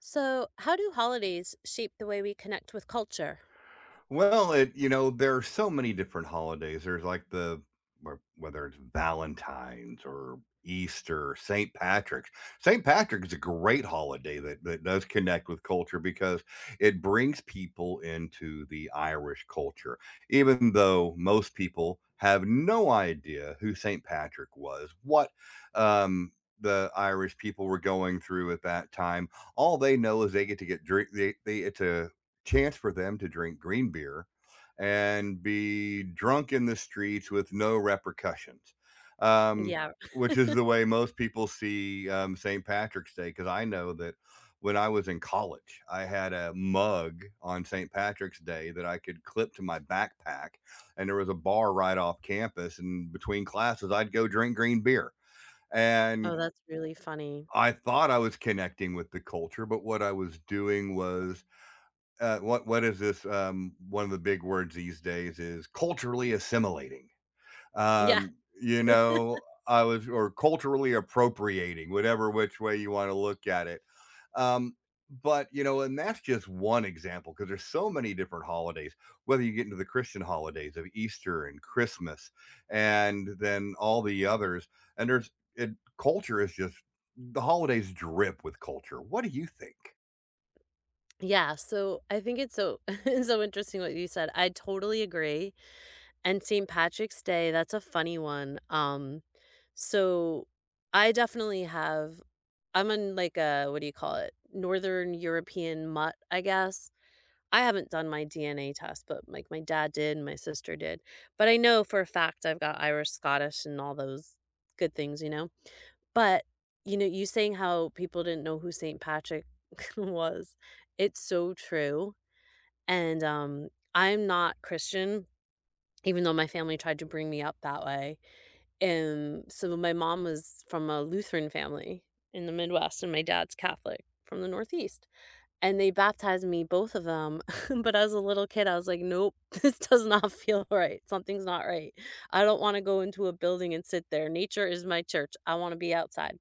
So, how do holidays shape the way we connect with culture? Well, there are so many different holidays. There's like whether it's Valentine's or Easter, St. Patrick's. St. Patrick's is a great holiday that does connect with culture because it brings people into the Irish culture. Even though most people have no idea who St. Patrick was, what um, the Irish people were going through at that time, all they know is they get to get drink. They it's a chance for them to drink green beer and be drunk in the streets with no repercussions, um, Yeah. which is the way most people see St. Patrick's Day. Because I know that when I was in college, I had a mug on St. Patrick's Day that I could clip to my backpack, and there was a bar right off campus. And between classes, I'd go drink green beer. Oh, And that's really funny. I thought I was connecting with the culture, but what I was doing was what is this, one of the big words these days is culturally assimilating. Yeah. Um, I was or culturally appropriating, whatever which way you wanna look at it. Um, but, and that's just one example because there's so many different holidays, whether you get into the Christian holidays of Easter and Christmas and then all the others, and there's it culture is just the holidays drip with culture. What do you think? Yeah. So, I think it's it's so interesting what you said. I totally agree. And St. Patrick's Day, that's a funny one. So I definitely have I'm in like a what do you call it? Northern European mutt, I guess. I haven't done my DNA test, but like my dad did and my sister did. But I know for a fact I've got Irish, Scottish, and all those good things, But, you saying how people didn't know who Saint Patrick was, it's so true, and, I'm not Christian, even though my family tried to bring me up that way, and so my mom was from a Lutheran family in the Midwest, and my dad's Catholic from the Northeast, and they baptized me, both of them, but as a little kid, I was like, "Nope, this does not feel right, something's not right. I don't wanna go into a building and sit there. Nature is my church. I wanna be outside."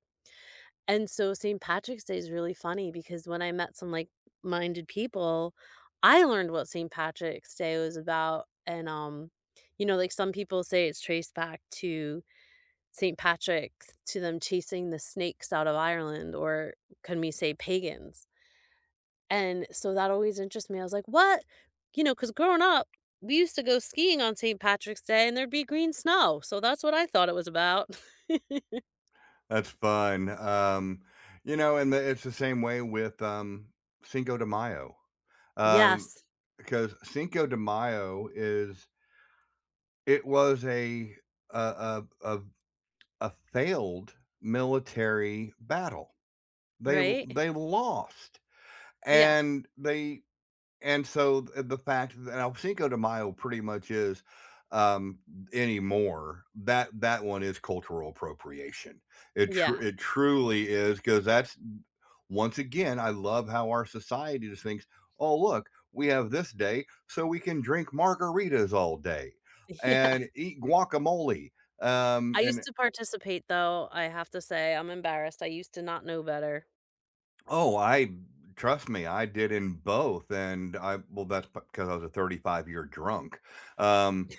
And so St. Patrick's Day is really funny because when I met some like-minded people, I learned what St. Patrick's Day was about, and, like, some people say it's traced back to St. Patrick, to them chasing the snakes out of Ireland, or can we say pagans? And so that always interests me. I was like, "What?" You know? Because growing up, we used to go skiing on St. Patrick's Day, and there'd be green snow, so that's what I thought it was about. That's fun. You know, and the it's the same way with, Cinco de Mayo, um, Yes, because Cinco de Mayo is it was a a a a failed military battle. They l right? they lost, Yeah, and they and so the fact that now Cinco de Mayo pretty much is, um, anymore, that one is cultural appropriation. It tru yeah. it truly is because that's. Once again, I love how our society just thinks, "Oh, look, we have this day, so we can drink margaritas all day Yeah. and eat guacamole." I used and to participate though, I have to say, I'm embarrassed, I used to not know better. oh, I trust me, I did in both, and I well, that's because I was a 35-year drunk. Um,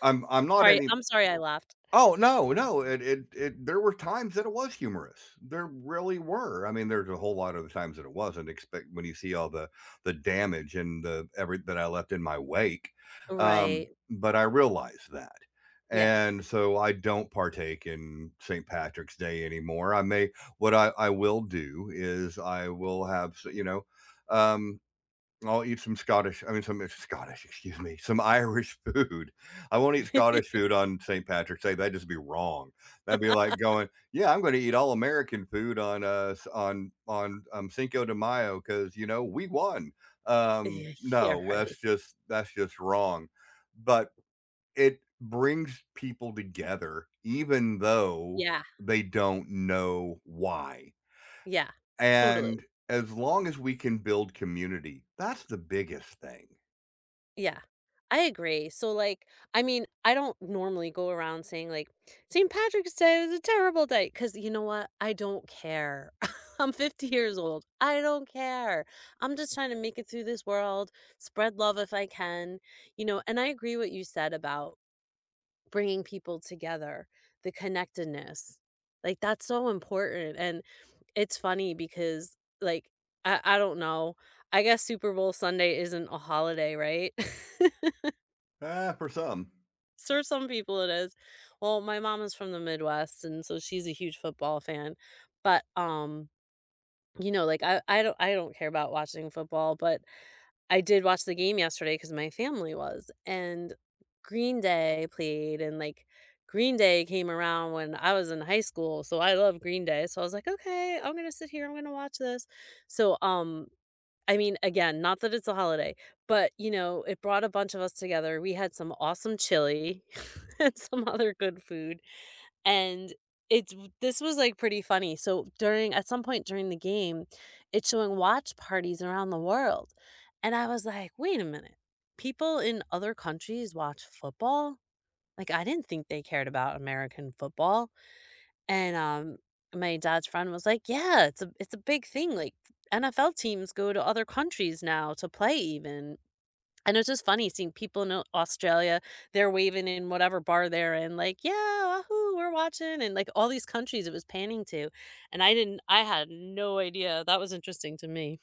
I'm not Sorry, any. I'm sorry I laughed. Oh, no, no, it there were times that it was humorous. There really were. I mean, there's a whole lot of the times that it wasn't, expect when you see all the damage and the every that I left in my wake, Right. but I realized that, Yeah. and so I don't partake in St. Patrick's Day anymore. I may. What I will do is I will have, um I'll eat some Scottish, I mean, some, it's Scottish, excuse me, some Irish food. I won't eat Scottish food on St. Patrick's Day, that'd just be wrong. That'd be like going, "Yeah, I'm gonna eat all American food on, Cinco de Mayo because we won." Yeah, yeah, No, right. that's just wrong. But it brings people together even though Yeah, they don't know why. yeah, totally. And as long as we can build community, that's the biggest thing, Yeah, I agree. So, like, I mean, I don't normally go around saying, like, "St. Patrick's Day was a terrible day because you know what? I don't care. I'm 50 years old. I don't care. I'm just trying to make it through this world, spread love if I can, and I agree what you said about bringing people together, the connectedness. Like, that's so important, and it's funny because, like, I don't know. I guess Super Bowl Sunday isn't a holiday, right? For some. For some people it is. Well, my mom is from the Midwest, and so she's a huge football fan, but, like, I don't care about watching football, but I did watch the game yesterday because my family was, and Green Day played, and, like, Green Day came around when I was in high school, so I love Green Day, so I was like, "Okay, I'm gonna sit here, I'm gonna watch this." So, I mean, again, not that it's a holiday, but, it brought a bunch of us together, we had some awesome chili and some other good food. And it's this was, like, pretty funny. So during at some point during the game, it's showing watch parties around the world, and I was like, "Wait a minute. People in other countries watch football?" Like, I didn't think they cared about American football. And, my dad's friend was like, "Yeah, it's a big thing, like, NFL teams go to other countries now to play even." And it's just funny seeing people in Au Australia, they're waving in whatever bar they're in, like, "Yeah, wahoo, we're watching," and, like, all these countries it was panning to, and I had no idea, that was interesting to me.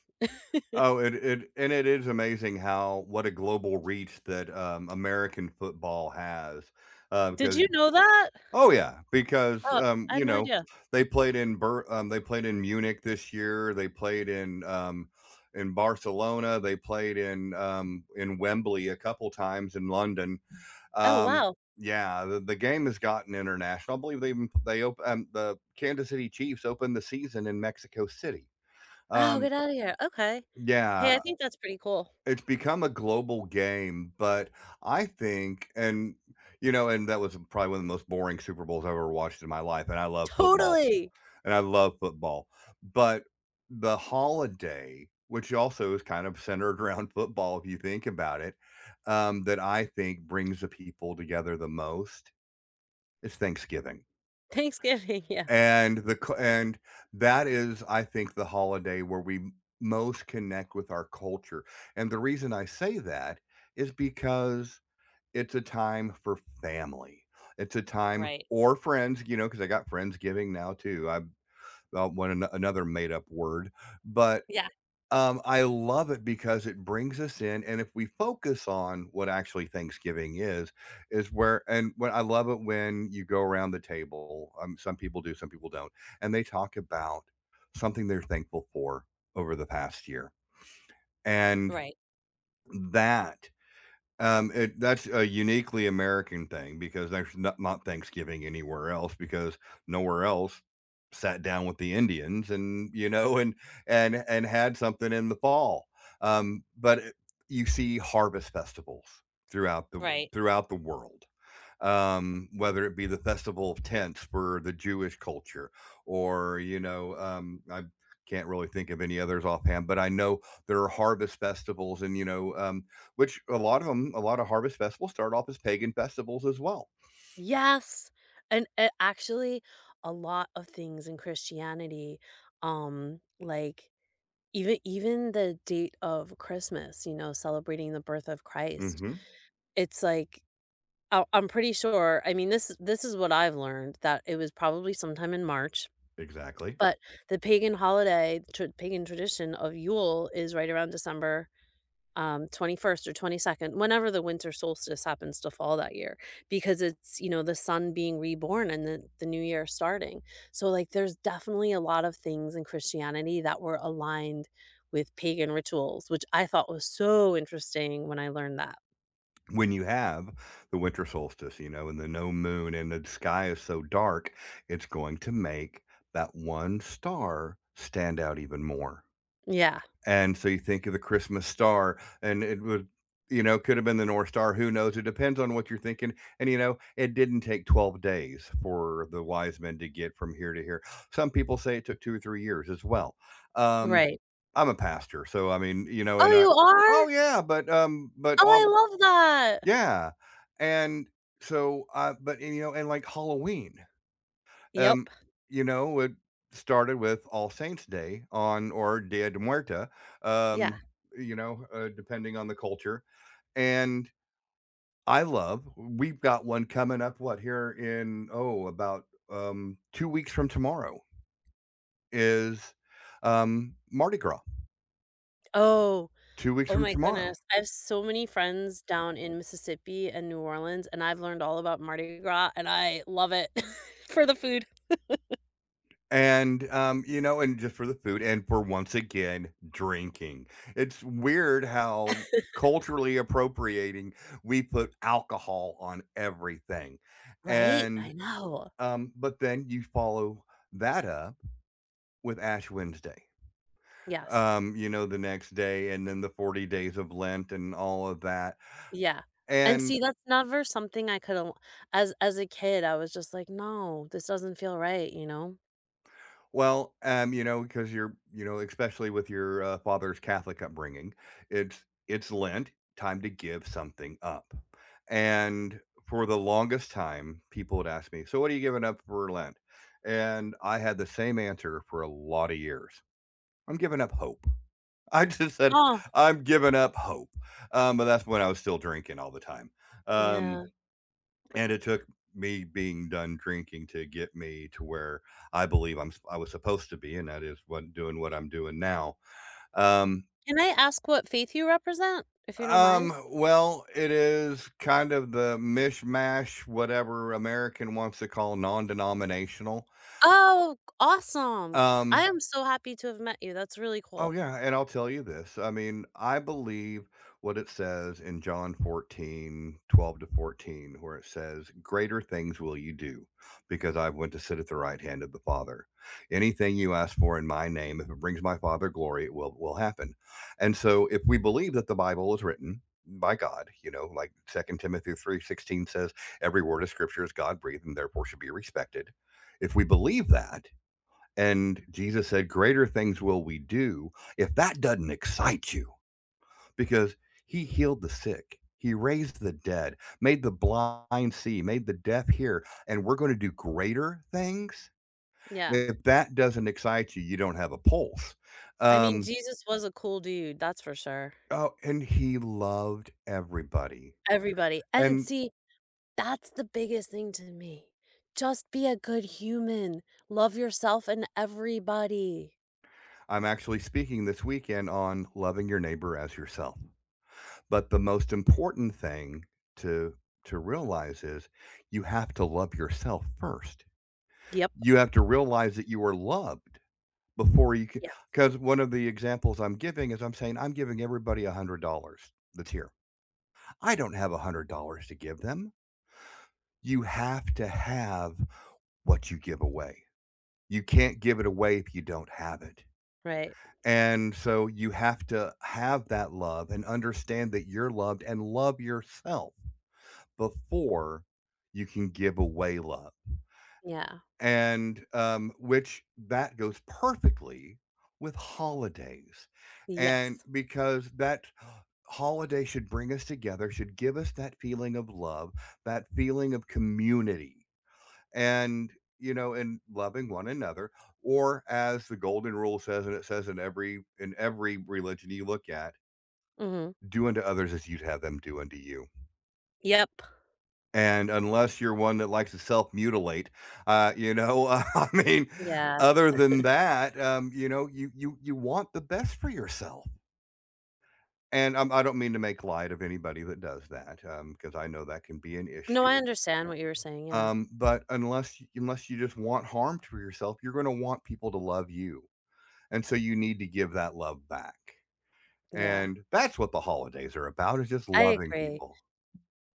Oh, it and it is amazing how what a global reach that, American football has. Did Because. you know that? Oh, yeah, because, Oh, I had no idea. They played in Munich this year, they played in Barcelona, they played in Wembley a couple times in London. Oh, Um, wow. yeah, the game has gotten international. I believe the Kansas City Chiefs opened the season in Mexico City. Oh, Um, get out of here, okay. Hey, I yeah, think that's pretty cool. it's become a global game, but I think, and that was probably one of the most boring Super Bowls I've ever watched in my life. And I love football, Totally! and I love football, but the holiday, which also is kind of centered around football, if you think about it, that I think brings the people together the most. It's Thanksgiving, Thanksgiving, yeah. and the cu and that is, I think, the holiday where we m most connect with our culture, and the reason I say that is because it's a time for family. It's a time Right. or friends, you know, because I got friendsgiving now too. I, want another made up word, but Yeah, I love it because it brings us in, and if we focus on what actually Thanksgiving is where and when I love it when you go around the table, some people do, some people don't, and they talk about something they're thankful for over the past year, and right, that that's a uniquely American thing because there's not Thanksgiving anywhere else because nowhere else sat down with the Indians and, you know, and had something in the fall. But it you see harvest festivals right. throughout the world, whether it be the Festival of Tents for the Jewish culture, or I can't really think of any others offhand, but I know there are harvest festivals, and which a lot of them, a lot of harvest festivals start off as pagan festivals as well. Yes, and, actually, a lot of things in Christianity, um, like Even even the date of Christmas, celebrating the birth of Christ, Hmm. it's like I'm pretty sure I mean, this is what I've learned, that it was probably sometime in March, Exactly. but the pagan holiday tr pagan tradition of Yule is right around December 21st or 22nd, whenever the winter solstice happens to fall that year, because it's, the sun being reborn and the new year starting. So, like, there's definitely a lot of things in Christianity that were aligned with pagan rituals, which I thought was so interesting when I learned that. When you have the winter solstice, you know, and the no moon, and the sky is so dark, it's going to make that one star stand out even more. Yeah, And so you think of the Christmas star, and it would, could have been the North Star, who knows? It depends on what you're thinking, and, it didn't take 12 days for the wise men to get from here to here. Some people say it took 2 or 3 years as well. Um, right. I'm a pastor, so, I mean, you know, Oh, and I you are? Oh, yeah, but, um, but, Oh, um I love that. Yeah, and so, but, and, and like Halloween. Yep. Um, it started with All Saints' Day on or Dia de Muerta, Yeah. um, depending on the culture, and I love we've got one coming up, what, here in, oh, about, 2 weeks from tomorrow is, Mardi Gras, Oh, 2 weeks Oh from my tomorrow. goodness. I have so many friends down in Mississippi and New Orleans, and I've learned all about Mardi Gras, and I love it for the food. And, just for the food and for once again, drinking. It's weird how culturally appropriating we put alcohol on everything. Right? I And, know. but then you follow that up with Ash Wednesday, Yes. The next day, and then the 40 days of Lent and all of that. Yeah. And And see, that's never something I could al as a kid, I was just like, "No, this doesn't feel right," you know? Well, you know, because especially with your father's Catholic upbringing, it's Lent, time to give something up. And for the longest time, people would ask me, "So what are you giving up for Lent?" And I had the same answer for a lot of years. I'm giving up hope. I just said, Oh, "I'm giving up hope," but that's when I was still drinking all the time. Um, yeah. and it took me being done drinking to get me to where I believe I'm s- I am I was supposed to be, and that is what doing what I'm doing now. Um, Can I ask what faith you represent, if you don't mind? well, it is kind of the mishmash, whatever American wants to call non-denominational. Oh, awesome. Um, I am so happy to have met you. That's really Oh, cool. yeah, and I'll tell you this, I mean, I believe what it says in John 14:12 to 14, where it says, "Greater things will you do, because I went to sit at the right hand of the Father. Anything you ask for in my name, if it brings my Father glory, it will happen." And so, if we believe that the Bible is written by God, you know, like Second Timothy 3:16 says, "Every word of Scripture is God-breathed and therefore should be respected." If we believe that, and Jesus said, greater things will we do, if that doesn't excite you, because he healed the sick. He raised the dead, made the blind see, made the deaf hear, and we're going to do greater things. Yeah. If that doesn't excite you, you don't have a pulse. I mean, Um, Jesus was a cool dude, that's for sure. oh, and he loved everybody. Everybody. And And see, that's the biggest thing to me. Just be a good human. Love yourself and everybody. I'm actually speaking this weekend on loving your neighbor as yourself. But the most important thing to to realize is you have to love yourself first. Yep. You have to realize that you are loved, before you can, Yeah. because one of the examples I'm giving is I'm saying I'm giving everybody $100 that's here. I don't have $100 to give them. You have to have what you give away. You can't give it away if you don't have it. Right. And so you have to have that love and understand that you're loved and love yourself, before you can give away love. Yeah. And, which that goes perfectly with holidays. And Yes. because that holiday should bring us together, should give us that feeling of love, that feeling of community, and, you know, and loving one another, or as the golden rule says, and it says in every religion you look at, Mhm. do unto others as you'd have them do unto you. Yep. And unless you're one that likes to self-mutilate, you know, I mean, Yeah. other than that, you know, you want the best for yourself. And, I don't mean to make light of anybody that does that, because I know that can be an No, I issue. understand what you were saying. Yeah. But unless y unless you just want harm for yourself, you're gonna want people to love you, and so you need to give that love back. Yeah. And that's what the holidays are about, is just I loving agree. people.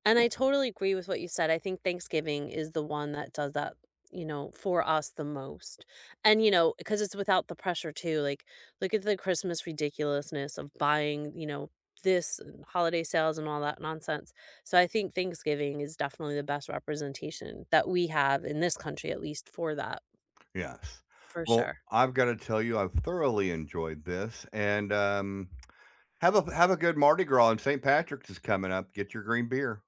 And I totally agree with what you said. I think Thanksgiving is the one that does that, for us the most. And, because it's without the pressure too. Like, look at the Christmas ridiculousness of buying, this and holiday sales and all that nonsense. So I think Thanksgiving is definitely the best representation that we have in this country, at least for that, Yes. for Well, sure. I've gotta tell you, I've thoroughly enjoyed this, and, have a good Mardi Gras, and St. Patrick's is coming up. Get your green beer.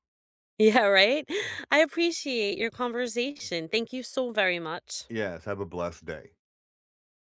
Yeah, right? I appreciate your conversation. Thank you so very much. Yes, have a blessed day.